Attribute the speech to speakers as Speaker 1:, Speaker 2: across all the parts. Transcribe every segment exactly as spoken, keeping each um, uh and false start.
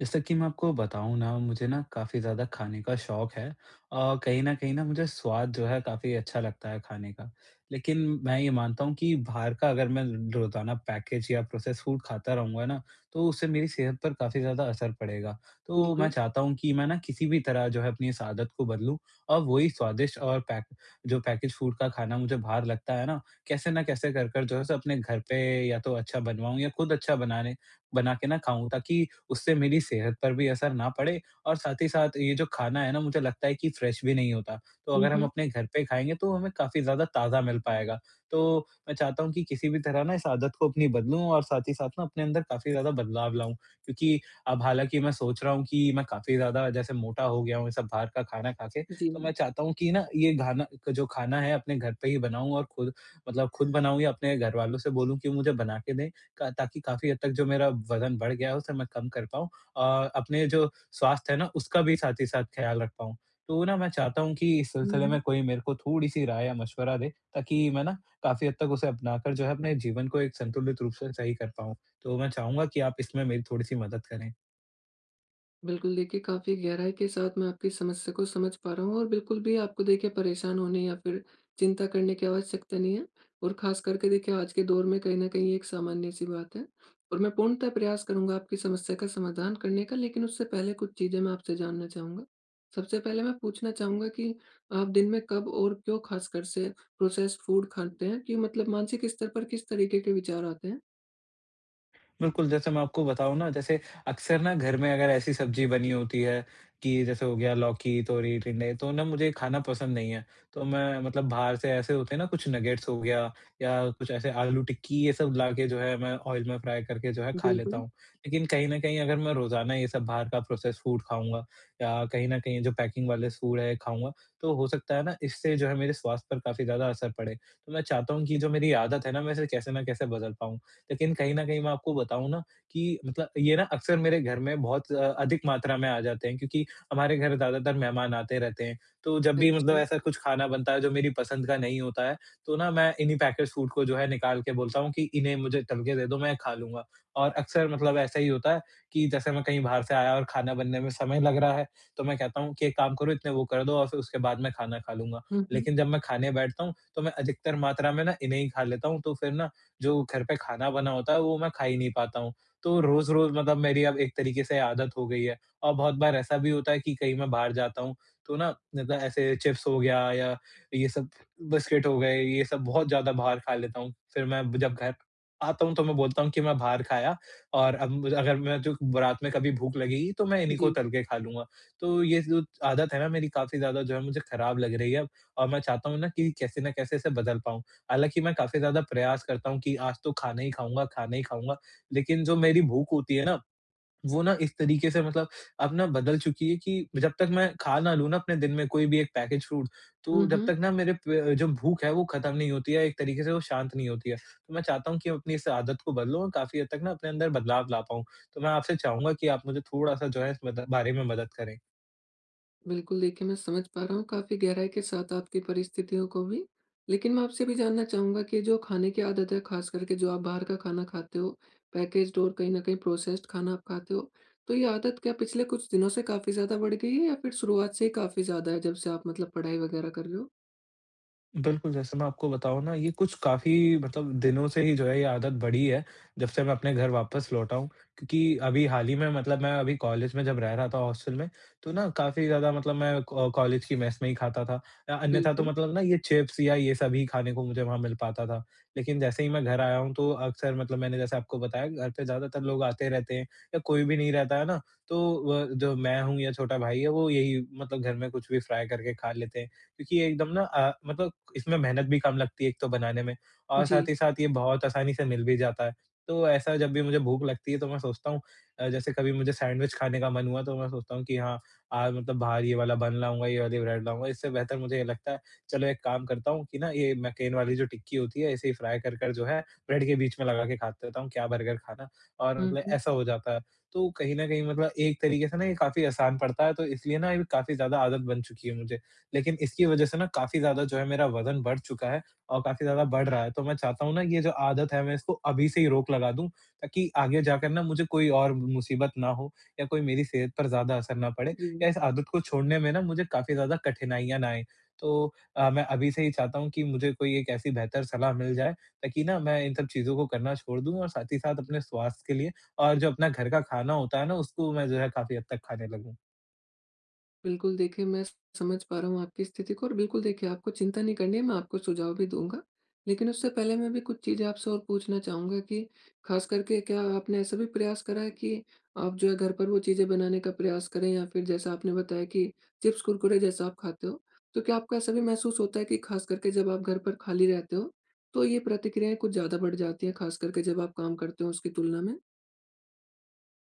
Speaker 1: जैसा कि मैं आपको बताऊँ ना, मुझे ना काफ़ी ज़्यादा खाने का शौक है और कहीं न कहीं ना मुझे स्वाद जो है काफ़ी अच्छा लगता है खाने का। लेकिन मैं ये मानता हूँ कि बाहर का अगर मैं रोज़ाना पैकेज या प्रोसेस्ड फूड खाता रहूँगा ना, तो उससे मेरी सेहत पर काफ़ी ज़्यादा असर पड़ेगा। तो मैं
Speaker 2: बिल्कुल।
Speaker 1: चाहता हूँ कि मैं ना किसी भी तरह जो है अपनी इस आदत को बदलूँ और वही स्वादिष्ट और पैक जो पैकेज फूड का खाना मुझे बाहर लगता है ना, कैसे ना कैसे कर कर जो है सो अपने घर पे या तो अच्छा बनवाऊँ या खुद अच्छा बनाने बना के ना खाऊँ ताकि उससे मेरी सेहत पर भी असर ना पड़े और साथ ही साथ ये जो खाना है ना मुझे लगता है कि फ्रेश भी नहीं होता। तो
Speaker 2: हुँ,
Speaker 1: अगर हम
Speaker 2: हुँ।
Speaker 1: अपने घर पे खाएँगे तो हमें काफ़ी ज़्यादा ताज़ा मिल पाएगा। तो मैं चाहता हूँ कि किसी भी तरह ना इस आदत को अपनी बदलूँ और साथ ही साथ ना अपने अंदर काफ़ी ज़्यादा बदलाव लाऊँ। क्योंकि अब हालाँकि मैं सोच रहा हूँ कि मैं काफ़ी ज़्यादा जैसे मोटा हो गया हूँ ये सब बाहर का खाना खा के,
Speaker 2: जी।
Speaker 1: तो मैं चाहता हूँ कि ना ये घाना जो खाना है अपने घर पे ही बनाऊँ और खुद मतलब खुद बनाऊँ या अपने घरवालों से बोलूँ कि मुझे बना के दें। का ताकि काफ़ी हद तक जो मेरा वज़न बढ़ गया है, उसे मैं कम कर पाऊँ और अपने जो स्वास्थ्य है ना, उसका भी साथ ही साथ ख़्याल रख पाऊँ। तो ना मैं चाहता हूँ कि इस
Speaker 2: हुँ,
Speaker 1: सिलसिले
Speaker 2: हुँ।
Speaker 1: में कोई मेरे को थोड़ी-सी राय या मशवरा दे, ताकि मैं ना काफ़ी हद तक उसे अपनाकर जो है अपने जीवन को एक संतुलित रूप से सही कर पाऊँ। तो मैं चाहूँगा कि आप इसमें मेरी थोड़ी-सी मदद करें।
Speaker 2: बिल्कुल देखिए, काफ़ी गहराई के साथ मैं आपकी समस्या को समझ पा रहा हूँ और बिल्कुल भी आपको देखिए, परेशान होने या फिर चिंता करने की आवश्यकता नहीं है। और ख़ास करके देखिए, आज के दौर में कहीं न कहीं एक सामान्य-सी बात है। और मैं पूर्णतः प्रयास करूँगा आपकी समस्या का समाधान करने का, लेकिन उससे पहले कुछ चीज़ें मैं आपसे जानना चाहूँगा। सबसे पहले मैं पूछना चाहूँगा कि आप दिन में कब और क्यों ख़ासकर से प्रोसेस्ड फ़ूड खाते हैं, कि मतलब मानसिक स्तर पर किस तरीके के विचार आते हैं?
Speaker 1: बिल्कुल, जैसे मैं आपको बताऊँ ना, जैसे अक्सर ना घर में अगर ऐसी सब्ज़ी बनी होती है कि जैसे हो गया लौकी, तोरी, टिंडे, तो ना मुझे खाना पसंद नहीं है। तो मैं मतलब बाहर से ऐसे होते हैं ना कुछ नगेट्स हो गया या कुछ ऐसे आलू टिक्की ये सब लाके जो है मैं ऑयल में फ्राई करके जो है खा लेता
Speaker 2: बिल्कुल।
Speaker 1: हूँ। लेकिन कहीं न कहीं अगर मैं रोज़ाना ये सब बाहर का प्रोसेस्ड फूड खाऊँगा या कहीं न कहीं जो पैकिंग वाले फूड है खाऊँगा, तो हो सकता है ना इससे जो है मेरे स्वास्थ्य पर काफ़ी ज़्यादा असर पड़े। तो मैं चाहता हूँ कि जो मेरी आदत है ना, मैं इसे कैसे न कैसे बदल पाऊँ। लेकिन कहीं न कहीं मैं आपको बताऊँ ना कि मतलब ये ना अक्सर मेरे घर में बहुत अ, अधिक मात्रा में आ जाते हैं, क्योंकि हमारे घर ज़्यादातर मेहमान आते रहते हैं। तो जब भी मतलब
Speaker 2: अच्छा।
Speaker 1: ऐसा कुछ खाना बनता है जो मेरी पसंद का नहीं होता है, तो ना मैं इन्हीं पैकेज फूड को जो है निकाल के बोलता हूँ कि इन्हें मुझे तल के दे दो, मैं खा लूँगा। और अक्सर मतलब ऐसा ही होता है कि जैसे मैं कहीं बाहर से आया और खाना बनने में समय लग रहा है, तो मैं कहता हूँ कि एक काम करो इतने वो कर दो और फिर उसके बाद मैं खाना खा लूँगा।
Speaker 2: हुँ, हुँ।
Speaker 1: लेकिन जब मैं खाने बैठता हूँ, तो मैं अधिकतर मात्रा में ना इन्हें ही खा लेता हूँ, तो फिर ना जो घर पे खाना बना होता है वो मैं खा ही नहीं पाता हूँ। तो रोज़-रोज़ मतलब मेरी अब एक तरीके से आदत हो गई है और बहुत बार ऐसा भी होता है कि कहीं मैं बाहर जाता हूँ, तो ना मतलब ऐसे चिप्स हो गया या ये सब बिस्किट हो गए, ये सब बहुत ज़्यादा बाहर खा लेता हूँ। फिर मैं जब घर आता हूँ तो मैं बोलता हूँ कि मैं बाहर खाया और अब मुझे अगर मैं जो रात में कभी भूख लगेगी तो मैं इन्हीं को
Speaker 2: जी।
Speaker 1: तल के खा लूँगा। तो ये जो आदत है ना मेरी काफ़ी ज़्यादा जो है मुझे खराब लग रही है अब, और मैं चाहता हूँ ना कि कैसे न कैसे इसे बदल पाऊँ। हालाँकि मैं काफ़ी ज़्यादा प्रयास करता हूँ कि आज तो खाना ही खाऊँगा, खाना ही खाऊँगा, लेकिन जो मेरी भूख होती है ना, वो ना इस तरीके से मतलब अब ना बदल चुकी है कि जब तक मैं खा ना लूँ ना अपने दिन में कोई भी एक पैकेज फ़ूड,
Speaker 2: हुँ,
Speaker 1: तो जब
Speaker 2: हुँ।
Speaker 1: तक ना मेरे प जो भूख है वो ख़त्म नहीं होती है, एक तरीके से वो शांत नहीं होती है। तो मैं चाहता हूँ कि अपनी इस आदत को बदलूँ और काफ़ी हद तक ना अपने अंदर बदलाव ला पाऊँ। तो मैं आपसे चाहूँगा कि आप मुझे थोड़ा-सा जो है इस मद बारे में मदद करें।
Speaker 2: बिल्कुल, देखिए मैं समझ पा रहा हूँ काफ़ी गहराई के साथ आपकी परिस्थितियों को भी। लेकिन मैं आपसे भी जानना चाहूँगा कि जो खाने की आदत है, ख़ास करके जो आप बाहर का खाना खाते हो, पैकेज्ड और कहीं न कहीं प्रोसेस्ड खाना आप खाते हो, तो ये आदत क्या पिछले कुछ दिनों से काफ़ी ज़्यादा बढ़ गई है, या फिर शुरुआत से ही काफ़ी ज़्यादा है, जब से आप मतलब पढ़ाई वग़ैरह कर रहे हो?
Speaker 1: बिल्कुल, जैसे मैं आपको बताऊँ ना, ये कुछ काफ़ी मतलब दिनों से ही जो है ये आदत बढ़ी है, जब से मैं अपने घर वापस लौटा हूँ। क्योंकि अभी हाल ही में मतलब मैं अभी कॉलेज में जब रह रहा था हॉस्टल में, तो ना काफ़ी ज़्यादा मतलब मैं क कॉलेज की मेस में ही खाता था। अ, अन्यथा तो
Speaker 2: बिल्कुल।
Speaker 1: मतलब ना ये चिप्स या ये सब ही खाने को मुझे वहाँ मिल पाता था। लेकिन जैसे ही मैं घर आया हूँ तो अक्सर मतलब मैंने जैसे आपको बताया घर पे ज़्यादातर लोग आते रहते हैं या कोई भी नहीं रहता है ना, तो व जो मैं हूँ या छोटा भाई है वो यही मतलब घर में कुछ भी फ्राई करके खा लेते हैं। क्योंकि ये एकदम ना अ, मतलब इसमें मेहनत भी कम लगती है एक तो बनाने में और
Speaker 2: जी।
Speaker 1: साथ ही साथ ये बहुत आसानी से मिल भी जाता है। तो ऐसा जब भी मुझे भूख लगती है तो मैं सोचता हूँ, अ, जैसे कभी मुझे सैंडविच खाने का मन हुआ तो मैं सोचता हूँ कि हाँ, आज मतलब बाहर ये वाला बन लाऊँगा, ये वाली ब्रेड लाऊँगा। इससे बेहतर मुझे ये लगता है चलो एक काम करता हूँ कि ना ये मैकेन वाली जो टिक्की होती है ऐसे ही फ्राई कर कर जो है ब्रेड के बीच में लगा के खा लेता हूँ, क्या बर्गर खाना और
Speaker 2: हुँ,
Speaker 1: मतलब
Speaker 2: हुँ।
Speaker 1: ऐसा हो जाता है। तो कहीं न कहीं मतलब एक तरीके से ना ये काफ़ी आसान पड़ता है तो इसलिए ना ये काफ़ी ज़्यादा आदत बन चुकी है मुझे। लेकिन इसकी वजह से ना काफ़ी ज़्यादा जो है मेरा वज़न बढ़ चुका है और काफ़ी ज़्यादा बढ़ रहा है। तो मैं चाहता हूँ ना ये जो आदत है मैं इसको अभी से ही रोक लगा दूँ, ताकि आगे जाकर ना मुझे कोई और मुसीबत ना हो या कोई मेरी सेहत पर ज़्यादा असर ना पड़े
Speaker 2: जी।
Speaker 1: या इस आदत को छोड़ने में ना मुझे काफ़ी ज़्यादा कठिनाइयाँ ना आएँ। तो अ, मैं अभी से ही चाहता हूँ कि मुझे कोई एक ऐसी बेहतर सलाह मिल जाए, ताकि ना मैं इन सब चीज़ों को करना छोड़ दूँ और साथ ही साथ अपने स्वास्थ्य के लिए और जो अपना घर का खाना होता है ना उसको मैं जो है काफ़ी हद तक खाने लगूँ।
Speaker 2: बिल्कुल देखिए, मैं समझ पा रहा हूँ आपकी स्थिति को, और बिल्कुल देखिए, आपको चिंता नहीं करनी है, मैं आपको सुझाव भी दूँगा। लेकिन उससे पहले मैं भी कुछ चीज़ें आपसे और पूछना चाहूँगा कि ख़ास करके क्या आपने ऐसा भी प्रयास करा है कि आप जो है घर पर वो चीज़ें बनाने का प्रयास करें, या फिर जैसा आपने बताया कि चिप्स, कुरकुरे जैसा आप खाते हो, तो क्या आपको ऐसा भी महसूस होता है कि ख़ास करके जब आप घर पर खाली रहते हो, तो ये प्रतिक्रियाएँ कुछ ज़्यादा बढ़ जाती हैं, ख़ास करके जब आप काम करते हो उसकी तुलना में?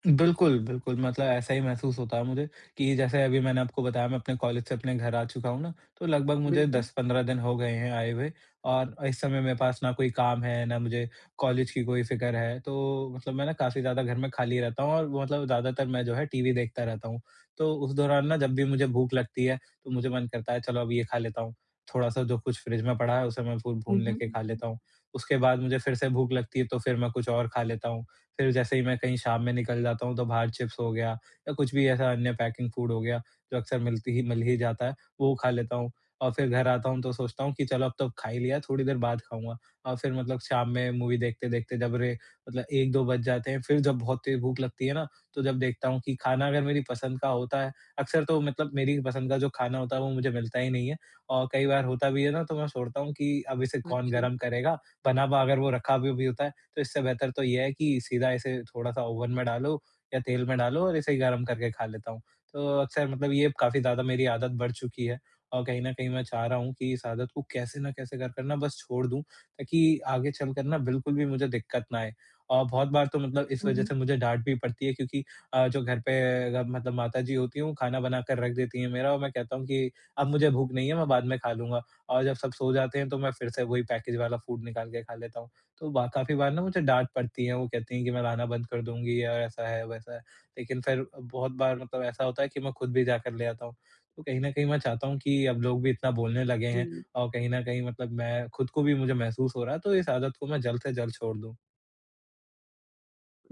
Speaker 1: बिल्कुल, बिल्कुल, मतलब ऐसा ही महसूस होता है मुझे कि जैसे अभी मैंने आपको बताया मैं अपने कॉलेज से अपने घर आ चुका हूँ ना, तो लगभग मुझे
Speaker 2: बिल्कुल।
Speaker 1: दस पंद्रह दिन हो गए हैं आए हुए और इस समय मेरे पास ना कोई काम है, ना मुझे कॉलेज की कोई फ़िक्र है। तो मतलब मैं ना काफ़ी ज़्यादा घर में खाली रहता हूँ और मतलब ज़्यादातर मैं जो है टीवी देखता रहता हूँ। तो उस दौरान ना जब भी मुझे भूख लगती है, तो मुझे मन करता है चलो अब ये खा लेता हूँ। थोड़ा-सा जो कुछ फ्रिज में पड़ा है उसे मैं फूल
Speaker 2: हुँ,
Speaker 1: भून लेके
Speaker 2: हुँ।
Speaker 1: खा लेता हूँ। उसके बाद मुझे फिर से भूख लगती है तो फिर मैं कुछ और खा लेता हूँ। फिर जैसे ही मैं कहीं शाम में निकल जाता हूँ तो बाहर चिप्स हो गया या कुछ भी ऐसा अन्य पैकिंग फूड हो गया जो अक्सर मिलती ही मिल ही जाता है, वो खा लेता हूँ और फिर घर आता हूँ तो सोचता हूँ कि चलो अब तो खा ही लिया, थोड़ी देर बाद खाऊंगा। और फिर मतलब शाम में मूवी देखते देखते जब रे मतलब एक दो बज जाते हैं, फिर जब बहुत तेज भूख लगती है ना, तो जब देखता हूँ कि खाना अगर मेरी पसंद का होता है, अक्सर तो मतलब मेरी पसंद का जो खाना होता है वो मुझे मिलता ही नहीं है और कई बार होता भी है ना, तो मैं सोचता हूँ कि अब इसे कौन
Speaker 2: अच्छा।
Speaker 1: गर्म करेगा। बना हुआ अगर वो रखा भी भी होता है, तो इससे बेहतर तो ये है कि सीधा इसे थोड़ा-सा ओवन में डालो या तेल में डालो और इसे गरम करके खा लेता हूँ। तो अक्सर मतलब ये काफ़ी ज़्यादा मेरी आदत बढ़ चुकी है और कहीं न कहीं मैं चाह रहा हूँ कि इस आदत को कैसे न कैसे कर कर ना बस छोड़ दूँ, ताकि आगे चलकर ना बिल्कुल भी मुझे दिक्कत ना आए। और बहुत बार तो मतलब इस
Speaker 2: हुँ,
Speaker 1: वज़ह
Speaker 2: हुँ।
Speaker 1: से मुझे डाँट भी पड़ती है, क्योंकि अ, जो घर पे अ, मतलब माताजी होती हैं वो खाना बना कर रख देती हैं मेरा, और मैं कहता हूँ कि अब मुझे भूख नहीं है, मैं बाद में खा लूँगा, और जब सब सो जाते हैं तो मैं फिर से वही पैकेज वाला फूड निकाल के खा लेता हूँ। तो बा काफ़ी बार ना मुझे डाँट पड़ती है, वो कहती हैं कि मैं लाना बंद कर दूँगी और ऐसा है, वैसा है। लेकिन फिर बहुत बार मतलब ऐसा होता है कि मैं खुद भी जाकर ले आता हूँ। तो कहीं न कहीं मैं चाहता हूँ कि अब लोग भी इतना बोलने लगे
Speaker 2: जी।
Speaker 1: हैं और कहीं न कहीं मतलब मैं खुद को भी मुझे महसूस हो रहा है, तो इस आदत को मैं जल्द से जल्द छोड़ दूँ।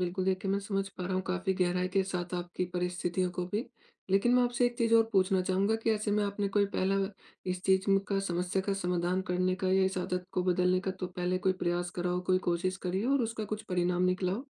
Speaker 2: बिल्कुल, देखिए मैं समझ पा रहा हूँ काफ़ी गहराई के साथ आपकी परिस्थितियों को भी। लेकिन मैं आपसे एक चीज़ और पूछना चाहूँगा कि ऐसे में आपने कोई पहला इस चीज़ म का समस्या का समाधान करने का, या इस आदत को बदलने का तो पहले कोई प्रयास करा हो, कोई कोशिश करी हो और उसका कुछ परिणाम निकला हो?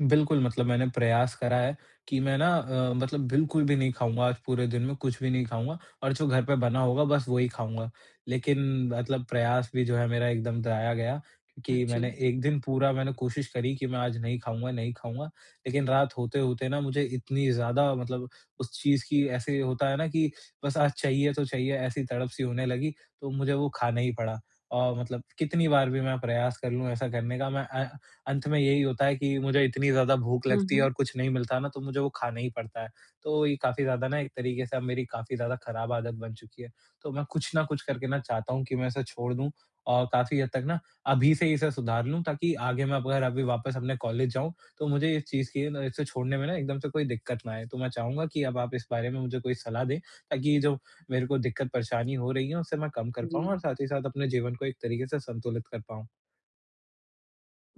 Speaker 1: बिल्कुल, मतलब मैंने प्रयास करा है कि मैं ना अ, मतलब बिल्कुल भी नहीं खाऊँगा, आज पूरे दिन में कुछ भी नहीं खाऊँगा और जो घर पे बना होगा बस वही खाऊँगा। लेकिन मतलब प्रयास भी जो है मेरा एकदम ज़ाया गया, क्योंकि
Speaker 2: अच्छा।
Speaker 1: मैंने एक दिन पूरा मैंने कोशिश करी कि मैं आज नहीं खाऊँगा, नहीं खाऊँगा। लेकिन रात होते-होते ना मुझे इतनी ज़्यादा मतलब उस चीज़ की ऐसे होता है ना कि बस आज चाहिए तो चाहिए, ऐसी तड़प सी होने लगी, तो मुझे वो खाना ही पड़ा। और मतलब कितनी बार भी मैं प्रयास कर लूँ ऐसा करने का, मैं अ अंत में यही होता है कि मुझे इतनी ज़्यादा भूख
Speaker 2: हुँ,
Speaker 1: लगती है
Speaker 2: हुँ।
Speaker 1: और कुछ नहीं मिलता ना, तो मुझे वो खाना ही पड़ता है। तो ये काफ़ी ज़्यादा ना एक तरीके से अब मेरी काफ़ी ज़्यादा ख़राब आदत बन चुकी है। तो मैं कुछ ना कुछ करके ना चाहता हूँ कि मैं इसे छोड़ दूँ और काफ़ी हद तक ना अभी से ही इसे सुधार लूँ, ताकि आगे मैं अगर अभी वापस अपने कॉलेज जाऊँ तो मुझे इस चीज़ की ना इसे छोड़ने में ना एकदम से कोई दिक्कत ना आए। तो मैं चाहूँगा कि अब आप इस बारे में मुझे कोई सलाह दें, ताकि ये जो मेरे को दिक्कत परेशानी हो रही है उसे मैं कम कर पाऊँ
Speaker 2: जी।
Speaker 1: और साथ ही साथ अपने जीवन को एक तरीके से संतुलित कर पाऊँ।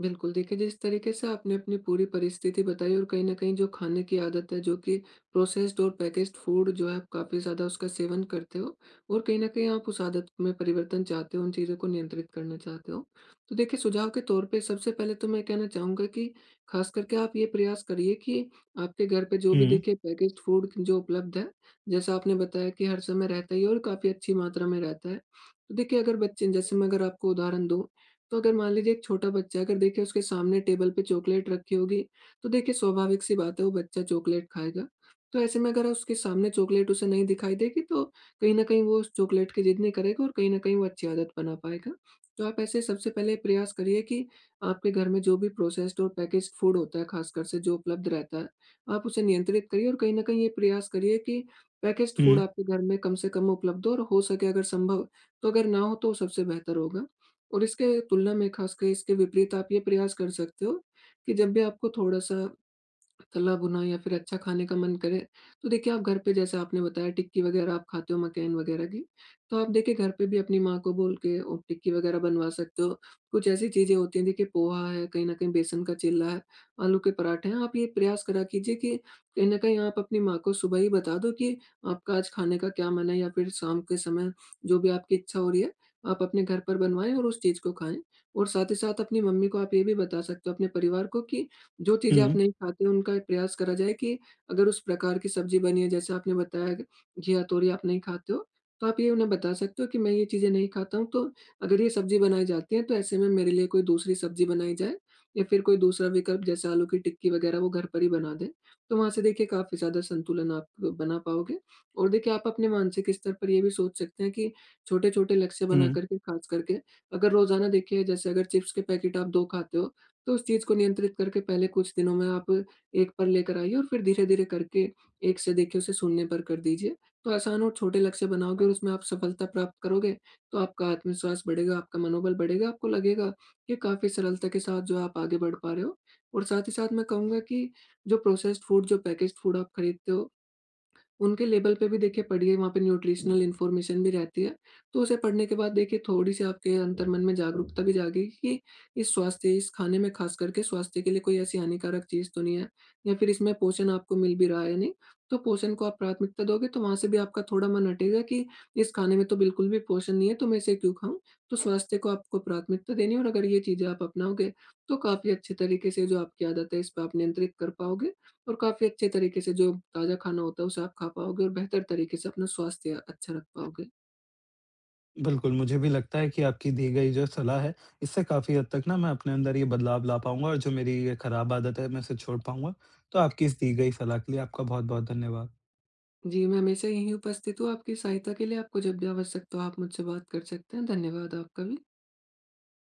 Speaker 2: बिल्कुल, देखिए जिस तरीके से आपने अपनी पूरी परिस्थिति बताई, और कहीं न कहीं जो खाने की आदत है, जो कि प्रोसेस्ड और पैकेज्ड फूड जो है आप काफ़ी ज़्यादा उसका सेवन करते हो, और कहीं न कहीं आप उस आदत में परिवर्तन चाहते हो, उन चीज़ों को नियंत्रित करना चाहते हो। तो देखिए, सुझाव के तौर पे सबसे पहले तो मैं कहना चाहूँगा कि ख़ास करके आप ये प्रयास करिए कि आपके घर पे जो भी
Speaker 1: हुँ,
Speaker 2: देखिए पैकेज्ड फूड जो उपलब्ध है, जैसा आपने बताया कि हर समय रहता ही है और काफ़ी अच्छी मात्रा में रहता है। तो देखिए, अगर बच्चे जैसे मैं अगर आपको उदाहरण दूँ, तो अगर मान लीजिए एक छोटा बच्चा है, अगर देखिए उसके सामने टेबल पे चॉकलेट रखी होगी, तो देखिए स्वाभाविक सी बात है वो बच्चा चॉकलेट खाएगा। तो ऐसे में अगर उसके सामने चॉकलेट उसे नहीं दिखाई देगी, तो कहीं न कहीं वो उस चॉकलेट की जिद नहीं करेगा और कहीं न कहीं वो अच्छी आदत बना पाएगा। तो आप ऐसे सबसे पहले प्रयास करिए कि आपके घर में जो भी प्रोसेस्ड और पैकेज्ड फूड होता है, खासकर से जो उपलब्ध रहता है, आप उसे नियंत्रित करिए, और कहीं न कहीं ये प्रयास करिए कि पैकेज्ड फूड
Speaker 1: हुँ,
Speaker 2: आपके घर में कम से कम उपलब्ध हो, और हो सके अगर संभव तो अगर ना हो, तो सबसे बेहतर होगा। और इसके तुलना में, खासकर इसके विपरीत, आप ये प्रयास कर सकते हो कि जब भी आपको थोड़ा-सा तला-भुना या फिर अच्छा खाने का मन करे, तो देखिए आप घर पे, जैसे आपने बताया टिक्की वगैरह आप खाते हो मकैन वगैरह की, तो आप देखिए घर पे भी अपनी माँ को बोल के और टिक्की वगैरह बनवा सकते हो। कुछ ऐसी चीज़ें होती हैं, देखिए पोहा है, कहीं न कहीं बेसन का चिल्ला है, आलू के पराठे हैं, आप ये प्रयास करा कीजिए कि कहीं न कहीं आप अपनी माँ को सुबह ही बता दो कि आपका आज खाने का क्या मन है, या फिर शाम के समय जो भी आपकी इच्छा हो रही है, आप अपने घर पर बनवाएँ और उस चीज़ को खाएँ। और साथ ही साथ अपनी मम्मी को आप ये भी बता सकते हो, अपने परिवार को, कि जो चीज़ें आप
Speaker 1: हुँ,
Speaker 2: नहीं खाते, उनका प्रयास करा जाए कि अगर उस प्रकार की सब्ज़ी बनी है, जैसे आपने बताया कि घिया, तोरी आप नहीं खाते हो, तो आप ये उन्हें बता सकते हो कि मैं ये चीज़ें नहीं खाता हूँ, तो अगर ये सब्ज़ी बनाई जाती है, तो ऐसे में मेरे लिए कोई दूसरी सब्ज़ी बनाई जाए, या फिर कोई दूसरा विकल्प, जैसे आलू की टिक्की वग़ैरह, वो घर पर ही बना दें। तो वहाँ से देखिए काफ़ी ज़्यादा संतुलन आप बना पाओगे। और देखिए, आप अपने मानसिक स्तर पर ये भी सोच सकते हैं कि छोटे-छोटे लक्ष्य बना
Speaker 1: हुँ।
Speaker 2: कर के, ख़ास करके अगर रोज़ाना देखिए, जैसे अगर चिप्स के पैकेट आप दो खाते हो, तो उस चीज़ को नियंत्रित करके पहले कुछ दिनों में आप एक पर लेकर आइए, और फिर धीरे-धीरे करके एक से देखिए उसे शून्य पर कर दीजिए। तो आसान और छोटे लक्ष्य बनाओगे और उसमें आप सफलता प्राप्त करोगे, तो आपका आत्मविश्वास बढ़ेगा, आपका मनोबल बढ़ेगा, आपको लगेगा कि काफ़ी सरलता के साथ जो आप आगे बढ़ पा रहे हो। और साथ ही साथ मैं कहूँगा कि जो प्रोसेस्ड फूड, जो पैकेज्ड फूड आप खरीदते हो, उनके लेवल पे भी देखिए पढ़िए, वहाँ पे न्यूट्रिशनल इन्फॉर्मेशन भी रहती है। तो उसे पढ़ने के बाद देखिए थोड़ी-सी आपके अंतर्मन में जागरूकता भी जागेगी कि इस स्वास्थ्य इस खाने में ख़ास करके स्वास्थ्य के लिए कोई ऐसी हानिकारक चीज़ तो नहीं है, या फिर इसमें पोषण आपको मिल भी रहा है या नहीं। तो पोषण को आप प्राथमिकता दोगे, तो वहाँ से भी आपका थोड़ा मन हटेगा कि इस खाने में तो बिल्कुल भी पोषण नहीं है, तो मैं इसे क्यों खाऊँ? तो स्वास्थ्य को आपको प्राथमिकता देनी है, और अगर ये चीज़ें आप अपनाओगे, तो काफ़ी अच्छे तरीके से जो आपकी आदत है इस पे आप नियंत्रित कर पाओगे, और काफ़ी अच्छे तरीके से जो ताज़ा खाना होता है, उसे आप खा पाओगे और बेहतर तरीके से अपना स्वास्थ्य अच्छा रख पाओगे।
Speaker 1: बिल्कुल, मुझे भी लगता है कि आपकी दी गई जो सलाह है, इससे काफ़ी हद तक ना मैं अपने अंदर ये बदलाव ला पाऊँगा और जो मेरी ये खराब आदत है, मैं इसे छोड़ पाऊँगा। तो आपकी इस दी गई सलाह के लिए आपका बहुत-बहुत धन्यवाद।
Speaker 2: जी, मैं हमेशा यहीं उपस्थित हूँ आपकी सहायता के लिए। आपको जब भी आवश्यकता हो, आप मुझसे बात कर सकते हैं। धन्यवाद आपका भी।